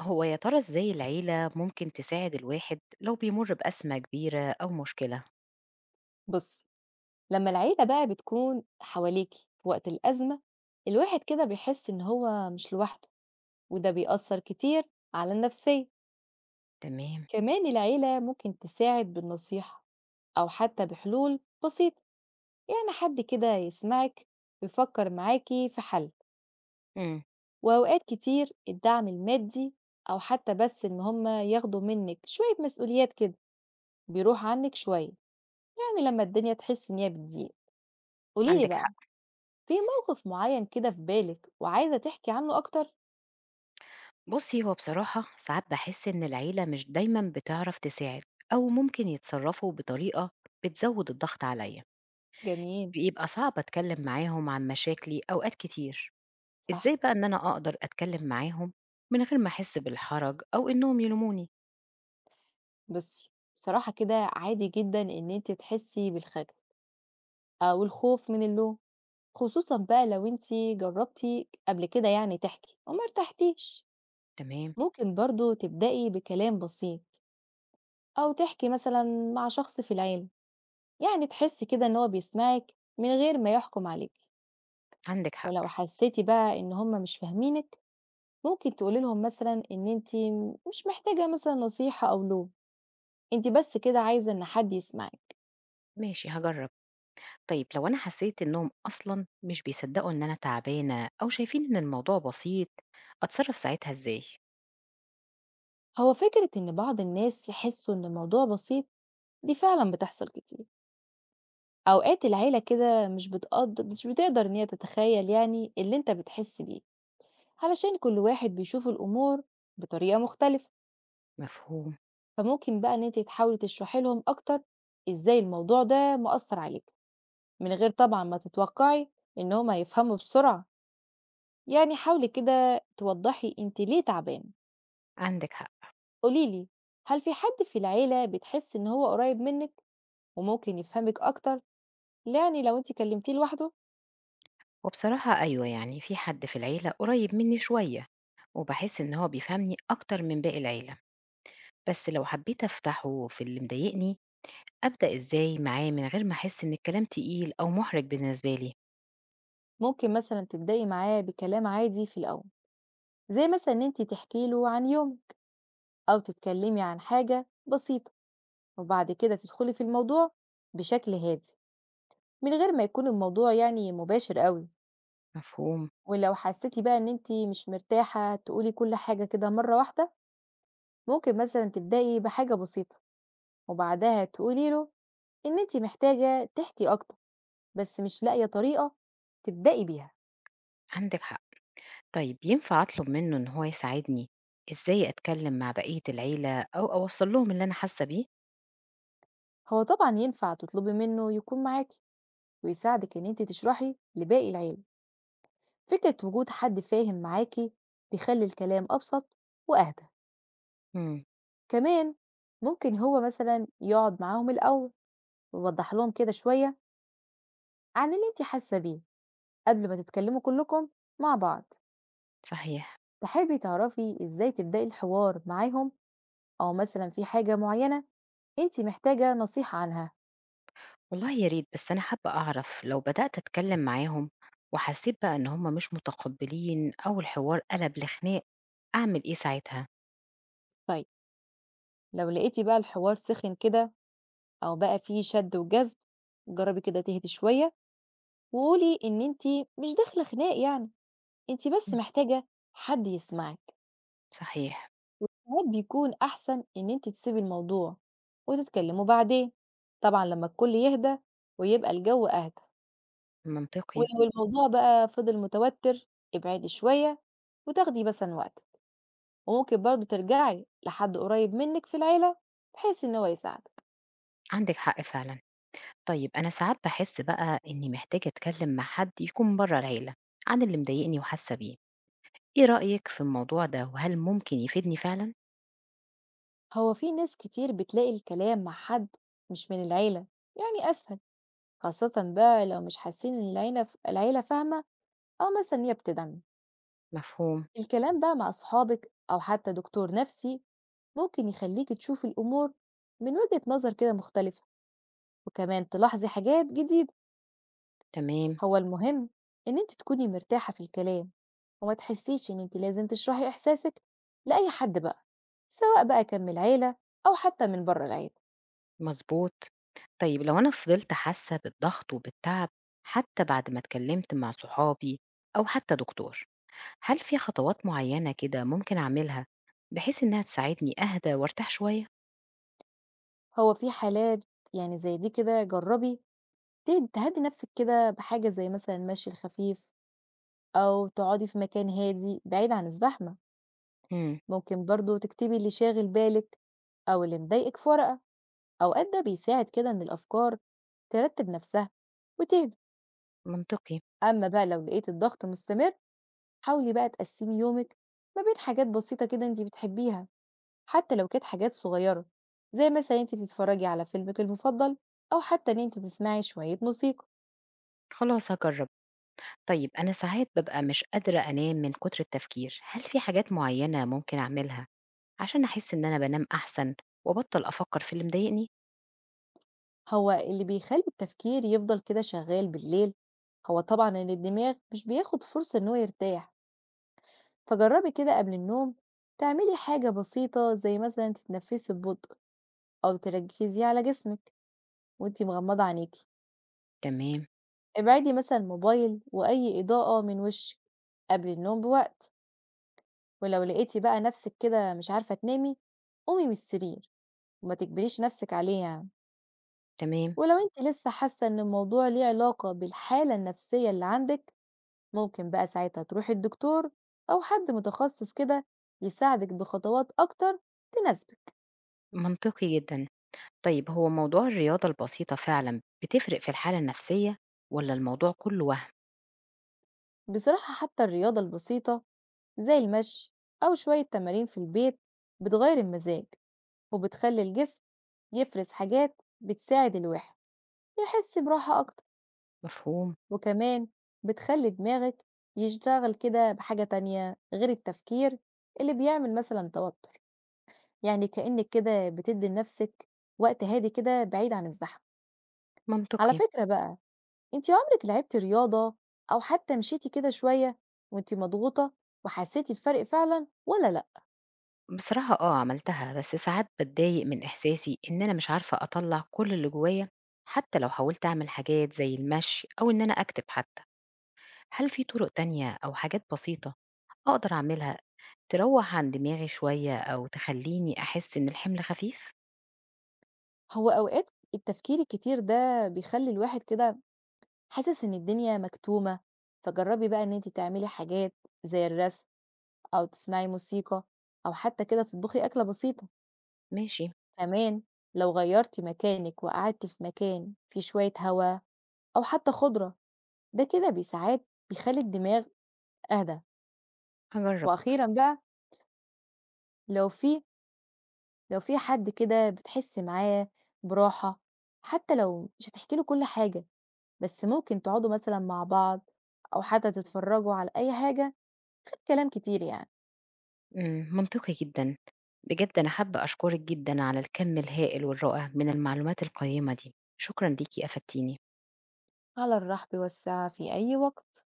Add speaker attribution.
Speaker 1: هو يا ترى إزاي العيلة ممكن تساعد الواحد لو بيمر بأزمة كبيرة أو مشكلة؟
Speaker 2: بُصّي، لمّا العيلة بقى بتكون حواليكِ في وقت الأزمة، الواحد كده بيحس إن هو مش لوحده، وده بيأثّر كتير على النفسية.
Speaker 1: تمام،
Speaker 2: كمان العيلة ممكن تساعد بالنصيحة أو حتى بحلول بسيطة، يعني حد كده يسمعِك ويفكّر معاكِ في حل.
Speaker 1: إمم،
Speaker 2: وأوقات كتير الدعم المادي أو حتى بس إن هم ياخدوا منِّك شوية مسؤوليات كده، بيروح عنِّك شوية، يعني لمّا الدنيا تحسّي إن هي بتضيق. قولي لي
Speaker 1: عندِك
Speaker 2: بقى
Speaker 1: حق.
Speaker 2: في موقف معيّن كده في بالِك وعايزة تحكي عنه أكتر؟
Speaker 1: بُصّي، هو بصراحة ساعات باحس إن العيلة مش دايمًا بتعرف تساعد أو ممكن يتصرّفوا بطريقة بتزوّد الضغط عليّا،
Speaker 2: جميل،
Speaker 1: بيبقى صعب أتكلّم معاهم عن مشاكلي أوقات كتير. إزاي
Speaker 2: صح.
Speaker 1: بقى إن أنا أقدر أتكلّم معاهم من غير ما أحس بالحرج أو إنّهم يلوموني؟
Speaker 2: بُصّي، بصراحة كده عادي جدًا إن أنتِ تحسّي بالخجل أو الخوف من اللوم، خصوصًا بقى لو أنتِ جرّبتِ قبل كده يعني تحكي وما ارتحتيش.
Speaker 1: تمام،
Speaker 2: ممكن برضه تبدئي بكلام بسيط أو تحكي مثلًا مع شخص في العيلة، يعني تحسّي كده إن هو بيسمعِك من غير ما يحكُم عليكِ.
Speaker 1: عندِك حق،
Speaker 2: ولو حسّيتِ بقى إن هم مش فاهمينِك ممكن تقولي لهم مثلا إن أنتِ مش محتاجة مثلا نصيحة أو لوم، أنتِ بس كده عايزة إن حد يسمعِك.
Speaker 1: ماشي هاجرّب. طيب لو أنا حسيت إنهم أصلا مش بيصدقوا إن أنا تعبانة أو شايفين إن الموضوع بسيط أتصرف ساعتها إزاي؟
Speaker 2: هو فكرة إن بعض الناس يحسوا إن الموضوع بسيط دي فعلا بتحصل كتير. أوقات العيلة كده مش بتقدر إن هي تتخيل يعني اللي أنت بتحس بيه، علشان كل واحد بيشوف الأمور بطريقة مختلفة.
Speaker 1: مفهوم،
Speaker 2: فممكن بقى إن أنتِ تحاولي تشرحي لهم أكتر إزاي الموضوع ده مأثر عليك، من غير طبعا ما تتوقعي إن هم هيفهموا بسرعة. يعني حاولي كده توضحي انت ليه تعبانة.
Speaker 1: عندك حق.
Speaker 2: قوليلي هل في حد في العيلة بتحس ان هو قريب منك وممكن يفهمك اكتر، يعني لو انت كلمتيه لوحده.
Speaker 1: وبصراحة أيوة يعني في حد في العيلة قريب مني شوية وبحس إن هو بيفهمني أكتر من باقي العيلة، بس لو حبيت أفتحه في اللي مضايقني أبدأ إزاي معاه من غير ما أحس إن الكلام تقيل أو محرج بالنسبة لي؟
Speaker 2: ممكن مثلا تبدأي معاه بكلام عادي في الاول، زي مثلا ان انت تحكي له عن يوم او تتكلمي عن حاجة بسيطة وبعد كده تدخلي في الموضوع بشكل هادي، من غير ما يكون الموضوع يعني مباشر قوي.
Speaker 1: مفهوم،
Speaker 2: ولو حسيتي بقى ان انت مش مرتاحة تقولي كل حاجة كده مرة واحدة، ممكن مثلا تبدأي بحاجة بسيطة وبعدها تقولي له إن أنتِ محتاجة تحكي أكتر، بس مش لاقية طريقة تبدئي بيها.
Speaker 1: عندك حق. طيب ينفع أطلب منه إن هو يساعدني إزاي أتكلم مع بقية العيلة أو أوصل لهم اللي أنا حاسة بيه؟
Speaker 2: هو طبعًا ينفع تطلبي منه يكون معاكِ ويساعدِك إن أنتِ تشرحي لباقي العيلة. فكرة وجود حد فاهم معاكِ بيخلّي الكلام أبسط وأهدى.
Speaker 1: إمم،
Speaker 2: كمان ممكن هو مثلًا يقعد معاهم الأول ويوضح لهم كده شوية عن اللي أنتِ حاسة بيه قبل ما تتكلموا كلكم مع بعض.
Speaker 1: صحيح.
Speaker 2: تحبي تعرفي إزاي تبدئي الحوار معاهم أو مثلًا في حاجة معينة أنتِ محتاجة نصيحة عنها؟
Speaker 1: والله يا ريت، بس أنا حابة أعرف لو بدأت أتكلّم معاهم وحسّيت بقى إن هم مش متقبّلين أو الحوار قَلَب لخناق، أعمل إيه ساعتها؟
Speaker 2: طيب لو لقيتِ بقى الحوار سِخِن كده أو بقى فيه شَد وجذب، جرّبي كده تهدي شوية وقولي إن أنتِ مش داخلة خناق يعني، أنتِ بس
Speaker 1: إمم.
Speaker 2: محتاجة حد يسمعِك.
Speaker 1: صحيح،
Speaker 2: ساعات بيكون أحسن إن أنتِ تسيبي الموضوع وتتكلموا بعدين. طبعًا لمّا الكل يهدى ويبقى الجو أهدى،
Speaker 1: منطقي،
Speaker 2: ولو الموضوع بقى فضل متوتر ابعدي شوية وتاخدي مثلًا وقتِك. وممكن برضه ترجعي لحد قريب منِّك في العيلة بحيث إن هو يساعدِك.
Speaker 1: عندِك حق فعلًا. طيب أنا ساعات باحس بقى إنّي محتاجة أتكلّم مع حد يكون برّه العيلة عن اللي مضايقني وحاسّة بيه، إيه رأيِك في الموضوع ده وهل ممكن يفيدني فعلًا؟
Speaker 2: هو في ناس كتير بتلاقي الكلام مع حد مش من العيلة يعني أسهل، خاصة بقى لو مش حاسين إن العيلة فاهمة أو مثلا هي بتدعم.
Speaker 1: مفهوم،
Speaker 2: الكلام بقى مع صحابك أو حتى دكتور نفسي ممكن يخليك تشوف الأمور من وجهة نظر كده مختلفة وكمان تلاحظي حاجات جديدة.
Speaker 1: تمام.
Speaker 2: هو المهم إن أنت تكوني مرتاحة في الكلام وما تحسيش إن أنت لازم تشرحي إحساسك لأي حد بقى، سواء بقى كان من العيلة أو حتى من بره العيلة.
Speaker 1: مضبوط. طيب لو أنا فضلت حاسة بالضغط وبالتعب حتى بعد ما اتكلمت مع صحابي أو حتى دكتور، هل في خطوات معينة كده ممكن أعملها بحيث إنها تساعدني أهدى وأرتاح شوية؟
Speaker 2: هو في حالات يعني زي دي كده جربي تهدي نفسك كده بحاجة زي مثلا المشي الخفيف أو تقعدي في مكان هادي بعيد عن الزحمة.
Speaker 1: إمم،
Speaker 2: ممكن برضو تكتبي اللي شاغل بالك أو اللي مضايقك في ورقة، أوقات ده بيساعد كده إن الأفكار ترتب نفسها وتهدي.
Speaker 1: منطقي.
Speaker 2: أما بقى لو لقيت الضغط مستمر، حاولي بقى تقسمي يومك ما بين حاجات بسيطة كده انتي بتحبيها، حتى لو كانت حاجات صغيرة زي مثلا انتي تتفرجي على فيلمك المفضل أو حتى إن انتي تسمعي شوية موسيقى.
Speaker 1: خلاص هاجرب. طيب أنا ساعات بابقى مش قادرة أنام من كتر التفكير، هل في حاجات معينة ممكن أعملها عشان أحس إن أنا بانام أحسن وأبطل أفكر في اللي مضايقني؟
Speaker 2: هو اللي بيخلي التفكير يفضل كده شغال بالليل هو طبعا ان الدماغ مش بياخد فرصة ان هو يرتاح، فجربي كده قبل النوم تعملي حاجة بسيطة زي مثلا تتنفسي ببطء او تركزي على جسمك وانتي مغمضة عينيكي.
Speaker 1: تمام،
Speaker 2: ابعدي مثلا الموبايل واي اضاءة من وشك قبل النوم بوقت، ولو لقيتي بقى نفسك كده مش عارفة تنامي قومي من السرير وما تجبريش نفسك عليه يعني.
Speaker 1: تمام،
Speaker 2: ولو انت لسه حاسة ان الموضوع ليه علاقة بالحالة النفسية اللي عندك، ممكن بقى ساعتها تروحي الدكتور أو حد متخصص كده يساعدك بخطوات أكتر تناسبك.
Speaker 1: منطقي جدًا. طيب هو موضوع الرياضة البسيطة فعلا بتفرق في الحالة النفسية ولا الموضوع كله وهم؟
Speaker 2: بصراحة حتى الرياضة البسيطة زي المشي أو شوية تمارين في البيت بتغير المزاج وبتخلي الجسم يفرز حاجات بتساعد الواحد يحس براحة أكتر.
Speaker 1: مفهوم،
Speaker 2: وكمان بتخلي دماغك يشتغل كده بحاجة تانية غير التفكير اللي بيعمل مثلا توتر، يعني كأنك كده بتدي لنفسك وقت هادي كده بعيد عن الزحمة. على
Speaker 1: منطقي.
Speaker 2: فكرة بقى، أنتِ عمرِك لعبتِ رياضة أو حتى مشيتِ كده شوية وأنتِ مضغوطة وحسيتِ بفرق فعلًا والّا لأ؟
Speaker 1: بصراحة اه عملتها بس ساعات بتضايق من إحساسي إن أنا مش عارفة أطلع كل اللي جوايا حتى لو حاولت أعمل حاجات زي المشي أو إن أنا أكتب حتى، هل في طرق تانية أو حاجات بسيطة أقدر أعملها تروح عن دماغي شوية أو تخليني أحس إن الحمل خفيف؟
Speaker 2: هو أوقات التفكير الكتير ده بيخلّي الواحد كده حاسس إن الدنيا مكتومة، فجرّبي بقى إن أنتِ تعملي حاجات زي الرسم أو تسمعي موسيقى أو حتى كده تطبخي أكلة بسيطة.
Speaker 1: ماشي،
Speaker 2: كمان لو غيّرتِ مكانِك وقعدتِ في مكان فيه شوية هوا أو حتى خُضرة، ده كده بي ساعات بيخلّي الدماغ أهدى.
Speaker 1: هجرب.
Speaker 2: وأخيرًا بقى، لو في لو في حد كده بتحسي معاه براحة، حتى لو مش هتحكي له كل حاجة بس ممكن تقعدوا مثلا مع بعض أو حتى تتفرجوا على أي حاجة، كلام كتير يعني.
Speaker 1: منطقي جدًا. بجد أنا حابة أشكرِك جدًا على الكم الهائل والرائع من المعلومات القيّمة دي. شكرًا ليكِ، أفدتيني.
Speaker 2: على الرحب والسعة في أي وقت